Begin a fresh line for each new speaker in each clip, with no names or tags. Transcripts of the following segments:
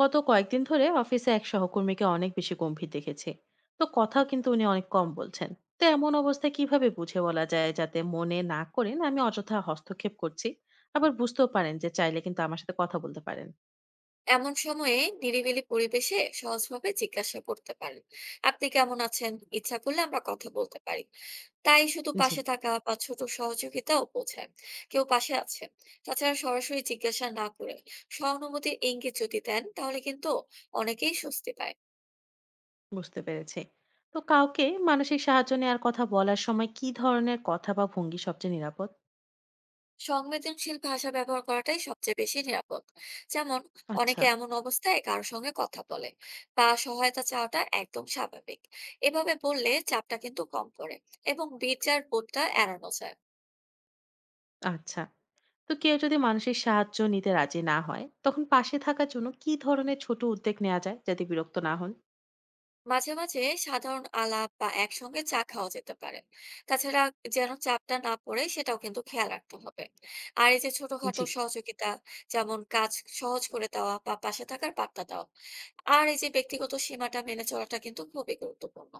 গত কয়েকদিন ধরে অফিসে এক সহকর্মীকে অনেক বেশি গম্ভীর দেখেছি। তো কথা কিন্তু উনি অনেক কম বলছেন। তো এমন অবস্থায় কিভাবে বুঝে বলা যায় যাতে মনে না করেন আমি অযথা হস্তক্ষেপ করছি, আবার বুঝতেও পারেন যে চাইলে কিন্তু আমার সাথে কথা বলতে পারেন।
এমন সময়ে নিরিবিলি পরিবেশে সহজভাবে জিজ্ঞাসা করতে পারেন, আপনি কেমন আছেন। ইচ্ছা করলে আমরা কথা বলতে পারি। তাই শুধু
জি,
পাশে থাকা বা ছোট সহযোগিতাও বোঝায় কেউ পাশে আছে। তাছাড়া সরাসরি জিজ্ঞাসা না করে সহানুভূতির ইঙ্গিত যদি দেন, তাহলে কিন্তু অনেকেই স্বস্তি পায়।
বুঝতে পেরেছি। তো কাউকে মানসিক সাহায্য নেওয়ার কথা বলার সময় কি ধরনের কথা বা ভঙ্গি সবচেয়ে নিরাপদ?
সংবেদনশীল ভাষা ব্যবহার করাটাই সবচেয়ে বেশি নিরাপদ। যেমন,
আচ্ছা।
অনেকে এমন অবস্থায় কারোর সঙ্গে কথা বলে বা সহায়তা চাওয়াটা একদম স্বাভাবিক। এভাবে বললে চাপটা কিন্তু কম পড়ে এবং বিচার বোধটা এড়ানো যায়।
আচ্ছা, তো কেউ যদি মানসিক সাহায্য নিতে রাজি না হয় তখন পাশে থাকার জন্য কি ধরনের ছোট উদ্যোগ নেওয়া যায় যাতে বিরক্ত না হন?
মাঝে মাঝে সাধারণ আলাপ বা একসঙ্গে চা খাওয়া যেতে পারে। তাছাড়া, যেন চাপটা না পড়ে সেটাও কিন্তু খেয়াল রাখতে হবে। আর এই যে ছোটখাটো
জি,
সহযোগিতা, যেমন কাজ সহজ করে দেওয়া বা পাশে থাকার বার্তা দেওয়া। আর এই যে ব্যক্তিগত সীমাটা মেনে চলাটা কিন্তু খুবই গুরুত্বপূর্ণ।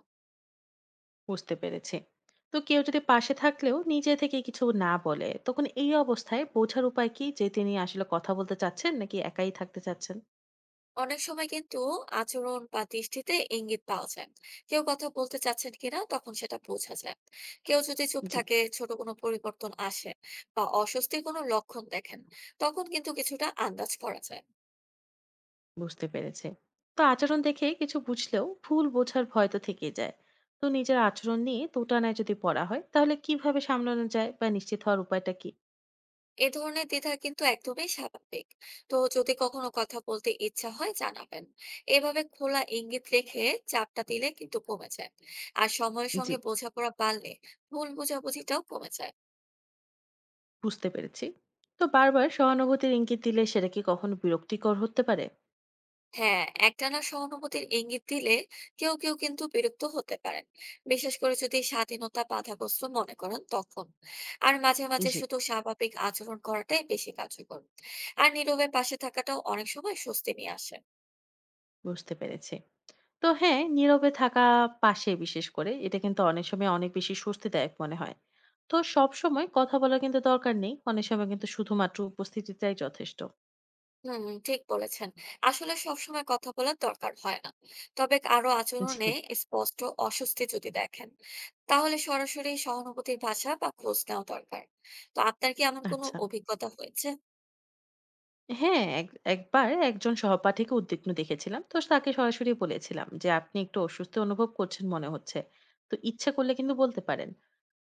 বুঝতে পেরেছি। তো কেউ যদি পাশে থাকলেও নিজে থেকে কিছু না বলে, তখন এই অবস্থায় বোঝার উপায় কি যে তিনি আসলে কথা বলতে চাচ্ছেন নাকি একাই থাকতে চাচ্ছেন?
অনেক সময় কিন্তু আচরণ বা দৃষ্টিতে ইঙ্গিত পাওয়া যায় কেউ কথা বলতে চাচ্ছেন কিনা, তখন সেটা বোঝা যায়। কেউ যদি চুপ
জি,
থাকে, ছোট কোনো পরিবর্তন আসে বা অস্বস্তির কোনো লক্ষণ দেখেন, তখন কিন্তু কিছুটা আন্দাজ করা যায়।
বুঝতে পেরেছি। তো আচরণ দেখে কিছু বুঝলেও ভুল বোঝার ভয় তো থেকেই যায়। তো নিজের আচরণ নিয়ে দোটানায় যদি পড়া হয় তাহলে কিভাবে সামলানো যায় বা নিশ্চিত হওয়ার উপায়টা কি?
এ ধরনের দ্বিধা কিন্তু একদমই স্বাভাবিক। তো যদি কখনো কথা বলতে ইচ্ছা হয় জানাবেন, এভাবে খোলা ইঙ্গিত রেখে চাপটা দিলে কিন্তু কমে যায়। আর সময়ের
জি,
সঙ্গে বোঝাপড়া বাড়লে ভুল বোঝাবুঝিটাও কমে যায়।
বুঝতে পেরেছি। তো বারবার সহানুভূতির ইঙ্গিত দিলে সেটা কি কখনো বিরক্তিকর হতে পারে?
হ্যাঁ, একটানা সহানুভূতির ইঙ্গিত দিলে কেউ কেউ কিন্তু বিরক্ত হতে পারেন, বিশেষ করে যদি স্বাধীনতা বাধাগ্রস্ত মনে করেন তখন। আর মাঝে মাঝে
জি,
শুধু স্বাভাবিক আচরণ করাটাই বেশি কার্যকর। আর নীরবে পাশে থাকাটাও অনেক সময় স্বস্তি নিয়ে আসে।
বুঝতে পেরেছি। তো হ্যাঁ, নীরবে থাকা পাশে বিশেষ করে এটা কিন্তু অনেক সময় অনেক বেশি স্বস্তিদায়ক মনে হয়। তো সবসময় কথা বলার কিন্তু দরকার নেই। অনেক সময় কিন্তু শুধুমাত্র উপস্থিতিটাই যথেষ্ট।
হুম, ঠিক বলেছেন। আসলে সবসময় কথা বলার দরকার হয় না, তবে কারো
জি।
আচরণে স্পষ্ট অস্বস্তি যদি দেখেন, তাহলে সরাসরি সহানুভূতির ভাষা বা খোঁজ নেওয়া দরকার। তো আপনার কি এমন কোনো
আচ্ছা।
অভিজ্ঞতা হয়েছে?
হ্যাঁ, এক একবার একজন সহপাঠীকে উদ্বিগ্ন দেখেছিলাম। তো তাকে সরাসরি বলেছিলাম যে, "আপনি একটু অস্বস্তি অনুভব করছেন মনে হচ্ছে।" তো ইচ্ছা করলে কিন্তু বলতে পারেন।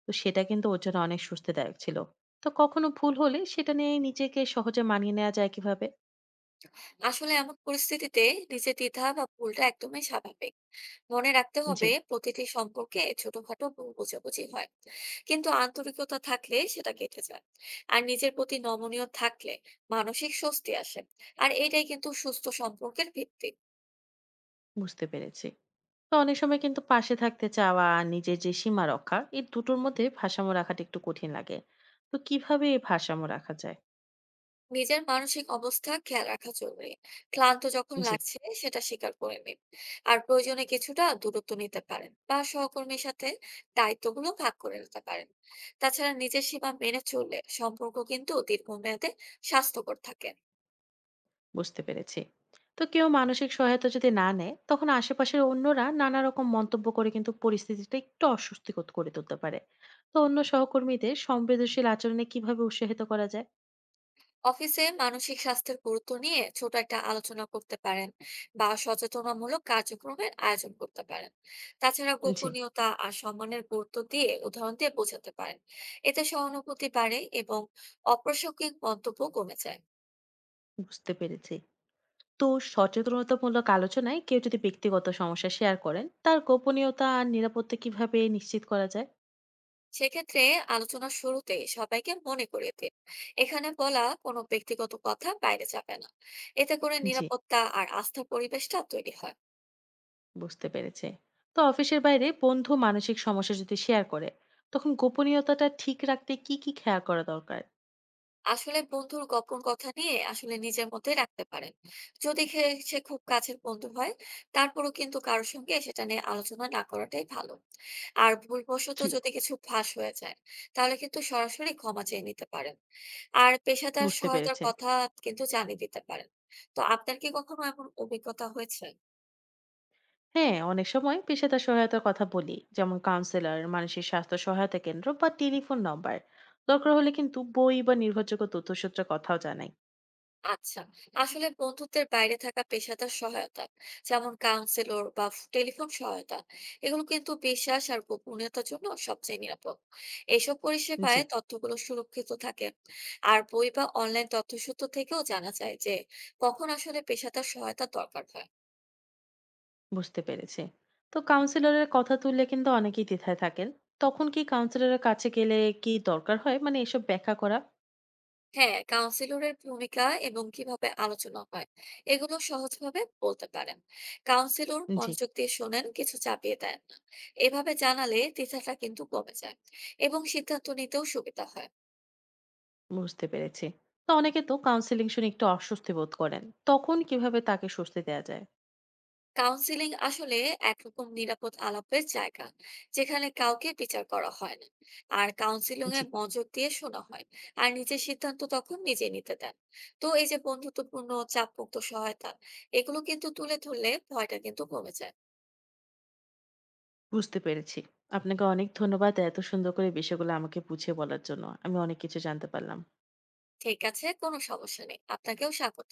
তো সেটা কিন্তু ওর জন্য অনেক স্বস্তিদায়ক ছিল। তো কখনো ভুল হলে সেটা নিয়ে নিজেকে সহজে মানিয়ে নেওয়া যায় কিভাবে?
আসলে এমন পরিস্থিতিতে নিজের দ্বিধা বা ভুলটা একদমই স্বাভাবিক। মনে রাখতে
জি,
হবে, প্রতিটি সম্পর্কে ছোটখাটো ভুল বোঝাবুঝি হয়, কিন্তু আন্তরিকতা থাকলে সেটা কেটে যায়। আর নিজের প্রতি নমনীয় থাকলে মানসিক স্বস্তি আসে, আর এটাই কিন্তু সুস্থ সম্পর্কের ভিত্তি।
বুঝতে পেরেছি। তো অনেক সময় কিন্তু পাশে থাকতে চাওয়া আর নিজের যে সীমা রক্ষা এই দুটোর মধ্যে ভারসাম্য রাখাটা একটু কঠিন লাগে। তো কিভাবে এই ভারসাম্য রাখা যায়?
নিজের মানসিক অবস্থা খেয়াল রাখা জরুরি। ক্লান্ত যখন
জি,
লাগছে সেটা স্বীকার করে নিন, আর প্রয়োজনে কিছুটা দূরত্ব নিতে পারেন বা সহকর্মীর সাথে দায়িত্বগুলো ভাগ করে নিতে পারেন। তাছাড়া নিজের সীমা মেনে চললে সম্পর্ক কিন্তু দীর্ঘমেয়াদে স্বাস্থ্যকর থাকে।
বুঝতে পেরেছি। তো কেউ মানসিক সহায়তা যদি না নেয় তখন আশেপাশের অন্যরা নানা রকম মন্তব্য করে কিন্তু পরিস্থিতিটা একটু অস্বস্তিকর করে তুলতে পারে। তো অন্য সহকর্মীদের সংবেদনশীল আচরণে কিভাবে উৎসাহিত করা যায়?
অফিসে মানসিক স্বাস্থ্যের গুরুত্ব নিয়ে ছোট একটা আলোচনা করতে পারেন বা সচেতনামূলক কার্যক্রমের আয়োজন করতে পারেন। তাছাড়া
জি,
গোপনীয়তা আর সম্মানের গুরুত্ব দিয়ে উদাহরণ দিয়ে বোঝাতে পারেন। এতে সহানুভূতি বাড়ে এবং অপ্রাসঙ্গিক মন্তব্য কমে যায়।
বুঝতে পেরেছি। তো সচেতনতামূলক আলোচনায় কেউ যদি ব্যক্তিগত সমস্যা শেয়ার করেন তার গোপনীয়তা আর নিরাপত্তা কিভাবে নিশ্চিত করা যায়?
সেক্ষেত্রে আলোচনার শুরুতে সবাইকে মনে করিয়ে দিন এখানে বলা কোনো ব্যক্তিগত কথা বাইরে যাবে না। এতে করে
জি,
নিরাপত্তা আর আস্থার পরিবেশটা তৈরি হয়।
বুঝতে পেরেছে। তো অফিসের বাইরে বন্ধু মানসিক সমস্যা যদি শেয়ার করে তখন গোপনীয়তাটা ঠিক রাখতে কি কি খেয়াল করা দরকার?
আসলে বন্ধুর গোপন কথা নিয়ে আসলে নিজের মধ্যে রাখতে পারেন। যদি খে- সে খুব কাছের বন্ধু হয় তারপরও কিন্তু কারোর সঙ্গে সেটা নিয়ে আলোচনা না করাটাই ভালো। আর ভুলবশত
জি,
যদি কিছু ফাঁস হয়ে যায়, তাহলে কিন্তু সরাসরি ক্ষমা চেয়ে নিতে পারেন। আর পেশাদার
বুঝতে
সহায়তার
পেরেছে।
কথা কিন্তু জানিয়ে দিতে পারেন। তো আপনার কি কখনো এমন অভিজ্ঞতা হয়েছে?
হ্যাঁ, অনেক সময় পেশাদার সহায়তার কথা বলি, যেমন কাউন্সিলর, মানসিক স্বাস্থ্য সহায়তা কেন্দ্র বা টেলিফোন নাম্বার। দরকার হলে কিন্তু বই বা নির্ভরযোগ্য তথ্যসূত্রের কথাও জানাই।
আচ্ছা, আসলে বন্ধুত্বের বাইরে থাকা পেশাদার সহায়তা, যেমন কাউন্সিলর বা টেলিফোন সহায়তা, এগুলো কিন্তু বিশ্বাস আর গোপনীয়তার জন্য সবচেয়ে নিরাপদ। এসব
জি,
পরিষেবায় তথ্যগুলো সুরক্ষিত থাকে। আর বই বা অনলাইন তথ্যসূত্র থেকেও জানা যায় যে কখন আসলে পেশাদার সহায়তা দরকার হয়।
বুঝতে পেরেছে। তো কাউন্সিলরের কথা তুললে কিন্তু অনেকেই দ্বিধায় থাকেন। তখন কি কাউন্সিলরের কাছে গেলে কি দরকার হয় মানে এসব ব্যাখ্যা করা?
হ্যাঁ, কাউন্সিলরের ভূমিকা এবং কিভাবে আলোচনা হয় এগুলো সহজভাবে বলতে পারেন। কাউন্সিলর
জি,
মনোযোগ দিয়ে শোনেন, কিছু চাপিয়ে দেন না। এভাবে জানালে দ্বিধাটা কিন্তু কমে যায় এবং সিদ্ধান্ত নিতেও সুবিধা হয়।
বুঝতে পেরেছি। তো অনেকে তো কাউন্সেলিং শুনে একটু অস্বস্তি বোধ করেন। তখন কিভাবে তাকে স্বস্তি দেয়া যায়?
কাউন্সিলিং আসলে একরকম নিরাপদ আলাপের জায়গা, যেখানে কাউকে বিচার করা হয় না। আর কাউন্সিলিং
জি,
এ মনোযোগ দিয়ে শোনা হয়, আর নিজের সিদ্ধান্ত তখন নিজে নিতে দেন। তো এই যে বন্ধুত্বপূর্ণ চাপমুক্ত সহায়তা, এগুলো কিন্তু তুলে ধরলে ভয়টা কিন্তু কমে যায়।
বুঝতে পেরেছি। আপনাকে অনেক ধন্যবাদ এত সুন্দর করে বিষয়গুলো আমাকে বুঝিয়ে বলার জন্য। আমি অনেক কিছু জানতে পারলাম।
ঠিক আছে, কোনো সমস্যা নেই, আপনাকেও স্বাগত।